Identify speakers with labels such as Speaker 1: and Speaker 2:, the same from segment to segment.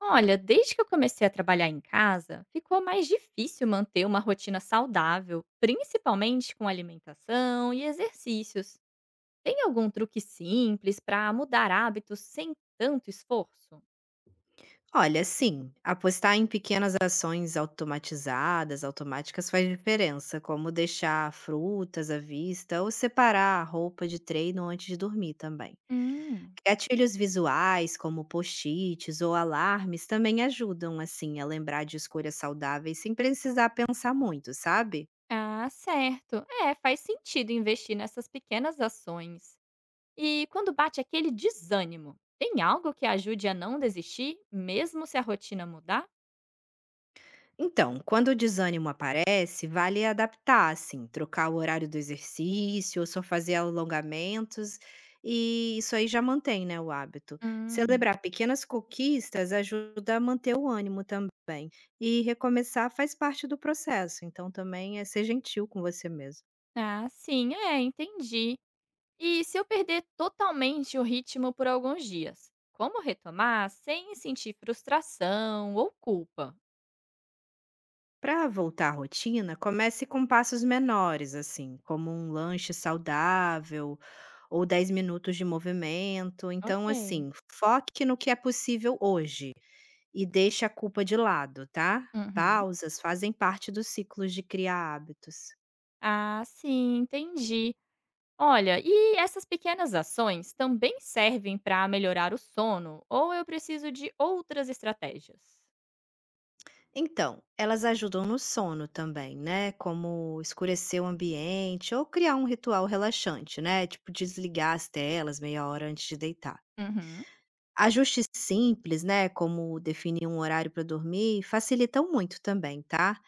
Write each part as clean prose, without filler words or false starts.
Speaker 1: Olha, desde que eu comecei a trabalhar em casa, ficou mais difícil manter uma rotina saudável, principalmente com alimentação e exercícios. Tem algum truque simples para mudar hábitos sem tanto esforço?
Speaker 2: Olha, sim, apostar em pequenas ações automatizadas, automáticas faz diferença, como deixar frutas à vista ou separar a roupa de treino antes de dormir também.
Speaker 1: Hum,
Speaker 2: Gatilhos visuais, como post-its ou alarmes, também ajudam assim a lembrar de escolhas saudáveis sem precisar pensar muito, sabe?
Speaker 1: ah, certo. É, faz sentido investir nessas pequenas ações. E quando bate aquele desânimo, tem algo que ajude a não desistir, mesmo se a rotina mudar?
Speaker 2: Então, quando o desânimo aparece, vale adaptar, assim, trocar o horário do exercício ou só fazer alongamentos, e isso aí já mantém, né, o hábito.
Speaker 1: Hum,
Speaker 2: Celebrar pequenas conquistas ajuda a manter o ânimo também. E recomeçar faz parte do processo, então também é ser gentil com você mesmo.
Speaker 1: ah, sim, é, entendi. E se eu perder totalmente o ritmo por alguns dias? Como retomar sem sentir frustração ou culpa?
Speaker 2: Para voltar à rotina, comece com passos menores, assim, como um lanche saudável ou 10 minutos de movimento. Então,
Speaker 1: Ok.
Speaker 2: assim, foque no que é possível hoje e deixe a culpa de lado, tá?
Speaker 1: Uhum.
Speaker 2: Pausas fazem parte dos ciclos de criar hábitos.
Speaker 1: Ah, sim, entendi. Olha, e essas pequenas ações também servem para melhorar o sono ou eu preciso de outras estratégias?
Speaker 2: Então, elas ajudam no sono também, né? Como escurecer o ambiente ou criar um ritual relaxante, né? Tipo, desligar as telas meia hora antes de deitar.
Speaker 1: Uhum.
Speaker 2: Ajustes simples, né, como definir um horário para dormir, facilitam muito também, tá?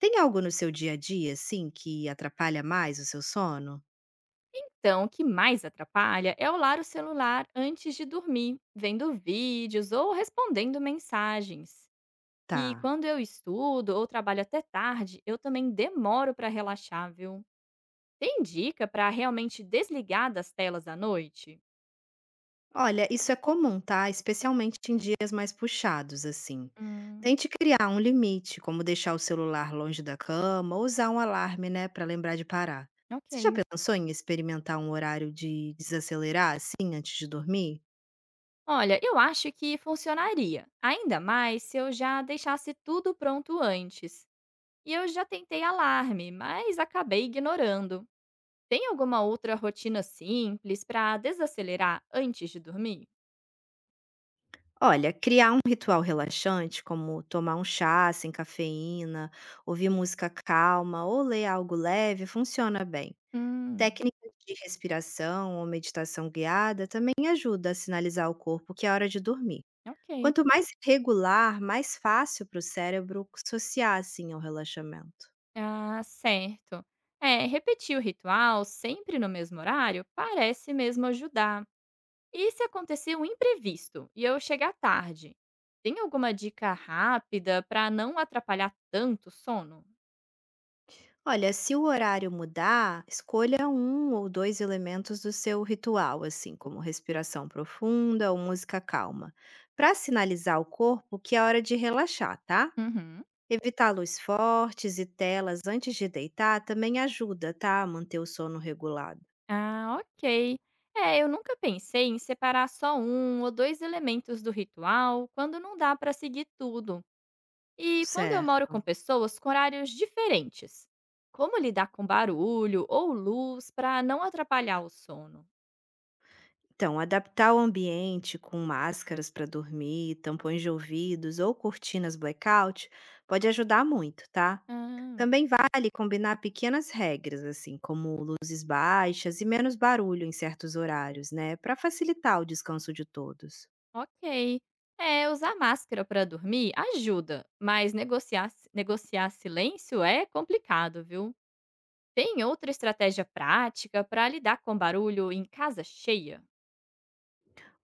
Speaker 2: Tem algo no seu dia a dia, assim, que atrapalha mais o seu sono?
Speaker 1: Então, o que mais atrapalha é olhar o celular antes de dormir, vendo vídeos ou respondendo mensagens. E
Speaker 2: Tá.
Speaker 1: quando eu estudo ou trabalho até tarde, eu também demoro para relaxar, viu? Tem dica para realmente desligar das telas à noite?
Speaker 2: Olha, isso é comum, tá? Especialmente em dias mais puxados, assim.
Speaker 1: Hum,
Speaker 2: Tente criar um limite, como deixar o celular longe da cama ou usar um alarme, né, para lembrar de parar. Você já
Speaker 1: ok.
Speaker 2: pensou em experimentar um horário de desacelerar, assim, antes de dormir?
Speaker 1: Olha, eu acho que funcionaria, ainda mais se eu já deixasse tudo pronto antes. E eu já tentei alarme, mas acabei ignorando. Tem alguma outra rotina simples para desacelerar antes de dormir?
Speaker 2: Olha, criar um ritual relaxante, como tomar um chá sem cafeína, ouvir música calma ou ler algo leve, funciona bem.
Speaker 1: Hum,
Speaker 2: Técnicas de respiração ou meditação guiada também ajuda a sinalizar ao corpo que é hora de dormir.
Speaker 1: ok.
Speaker 2: Quanto mais regular, mais fácil para o cérebro associar assim ao relaxamento.
Speaker 1: Ah, certo. É, repetir o ritual sempre no mesmo horário parece mesmo ajudar. E se acontecer um imprevisto e eu chegar tarde? Tem alguma dica rápida para não atrapalhar tanto o sono?
Speaker 2: Olha, se o horário mudar, escolha um ou dois elementos do seu ritual, assim como respiração profunda ou música calma, para sinalizar ao corpo que é hora de relaxar, tá?
Speaker 1: Uhum.
Speaker 2: Evitar luz fortes e telas antes de deitar também ajuda, tá? A manter o sono regulado.
Speaker 1: Ah, ok. É, eu nunca pensei em separar só um ou dois elementos do ritual quando não dá para seguir tudo. E quando eu moro com
Speaker 2: Certo.
Speaker 1: pessoas com horários diferentes, como lidar com barulho ou luz para não atrapalhar o sono?
Speaker 2: Então, adaptar o ambiente com máscaras para dormir, tampões de ouvidos ou cortinas blackout pode ajudar muito, tá?
Speaker 1: Ah,
Speaker 2: Também vale combinar pequenas regras, assim, como luzes baixas e menos barulho em certos horários, né, para facilitar o descanso de todos.
Speaker 1: ok. É, usar máscara para dormir ajuda, mas negociar silêncio é complicado, viu? Tem outra estratégia prática para lidar com barulho em casa cheia?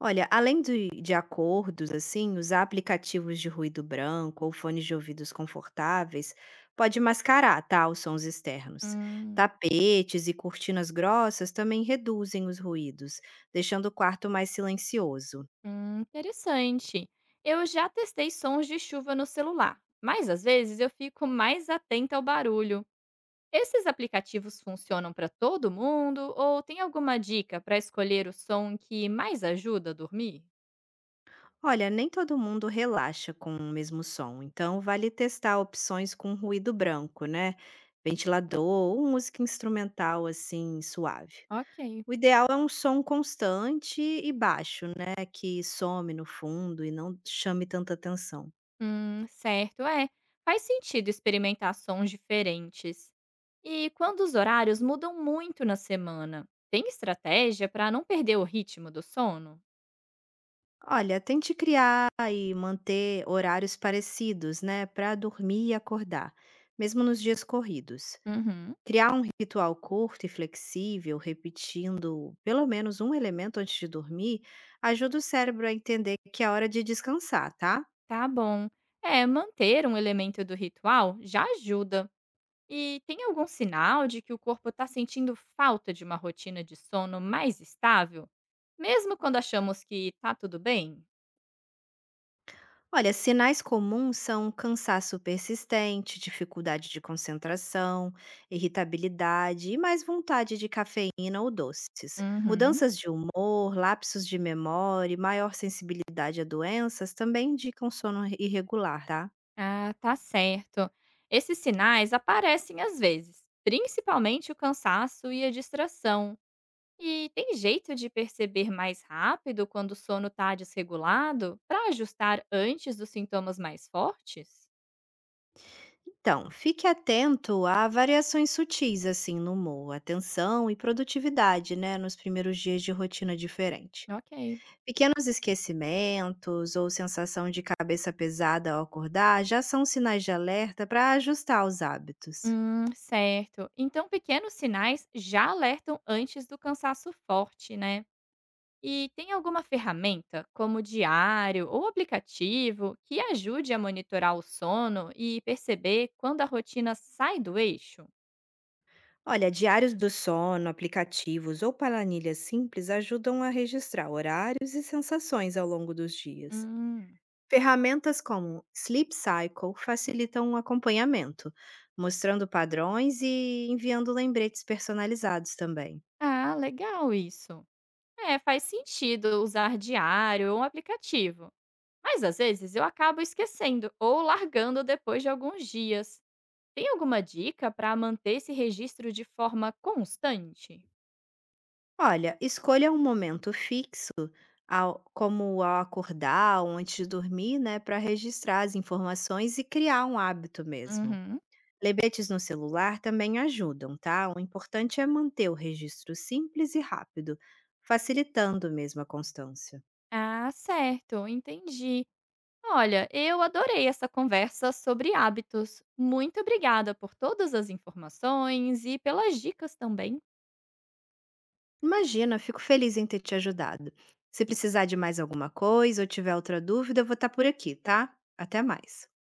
Speaker 2: Olha, além de acordos, assim, usar aplicativos de ruído branco ou fones de ouvidos confortáveis pode mascarar, tá, os sons externos.
Speaker 1: Hum,
Speaker 2: Tapetes e cortinas grossas também reduzem os ruídos, deixando o quarto mais silencioso.
Speaker 1: Interessante. Eu já testei sons de chuva no celular, mas às vezes eu fico mais atenta ao barulho. Esses aplicativos funcionam para todo mundo ou tem alguma dica para escolher o som que mais ajuda a dormir?
Speaker 2: Olha, nem todo mundo relaxa com o mesmo som, então vale testar opções com ruído branco, né? Ventilador ou música instrumental assim suave.
Speaker 1: Ok.
Speaker 2: O ideal é um som constante e baixo, né? Que some no fundo e não chame tanta atenção.
Speaker 1: Certo, é. Faz sentido experimentar sons diferentes. E quando os horários mudam muito na semana, tem estratégia para não perder o ritmo do sono?
Speaker 2: Olha, tente criar e manter horários parecidos, né? Para dormir e acordar, mesmo nos dias corridos.
Speaker 1: Uhum.
Speaker 2: Criar um ritual curto e flexível, repetindo pelo menos um elemento antes de dormir, ajuda o cérebro a entender que é hora de descansar, tá?
Speaker 1: Tá bom. É, manter um elemento do ritual já ajuda. E tem algum sinal de que o corpo está sentindo falta de uma rotina de sono mais estável, mesmo quando achamos que está tudo bem?
Speaker 2: Olha, sinais comuns são cansaço persistente, dificuldade de concentração, irritabilidade e mais vontade de cafeína ou doces.
Speaker 1: Uhum.
Speaker 2: Mudanças de humor, lapsos de memória e maior sensibilidade a doenças também indicam sono irregular, tá?
Speaker 1: Ah, tá certo. Esses sinais aparecem às vezes, principalmente o cansaço e a distração. E tem jeito de perceber mais rápido quando o sono está desregulado para ajustar antes dos sintomas mais fortes?
Speaker 2: Então, fique atento a variações sutis assim no humor, atenção e produtividade, né, nos primeiros dias de rotina diferente.
Speaker 1: Ok.
Speaker 2: Pequenos esquecimentos ou sensação de cabeça pesada ao acordar já são sinais de alerta para ajustar os hábitos.
Speaker 1: Certo. Então, pequenos sinais já alertam antes do cansaço forte, né? E tem alguma ferramenta, como diário ou aplicativo, que ajude a monitorar o sono e perceber quando a rotina sai do eixo?
Speaker 2: Olha, diários do sono, aplicativos ou planilhas simples ajudam a registrar horários e sensações ao longo dos dias.
Speaker 1: Hum.
Speaker 2: Ferramentas como Sleep Cycle facilitam o acompanhamento, mostrando padrões e enviando lembretes personalizados também.
Speaker 1: Ah, legal isso. É, faz sentido usar diário ou um aplicativo. Mas às vezes eu acabo esquecendo ou largando depois de alguns dias. Tem alguma dica para manter esse registro de forma constante?
Speaker 2: Olha, escolha um momento fixo, como ao acordar ou antes de dormir, né, para registrar as informações e criar um hábito mesmo.
Speaker 1: Uhum.
Speaker 2: Lembretes no celular também ajudam, tá? O importante é manter o registro simples e rápido, facilitando mesmo a constância.
Speaker 1: Ah, certo, entendi. Olha, eu adorei essa conversa sobre hábitos. Muito obrigada por todas as informações e pelas dicas também.
Speaker 2: Imagina, fico feliz em ter te ajudado. Se precisar de mais alguma coisa ou tiver outra dúvida, eu vou estar por aqui, tá? Até mais.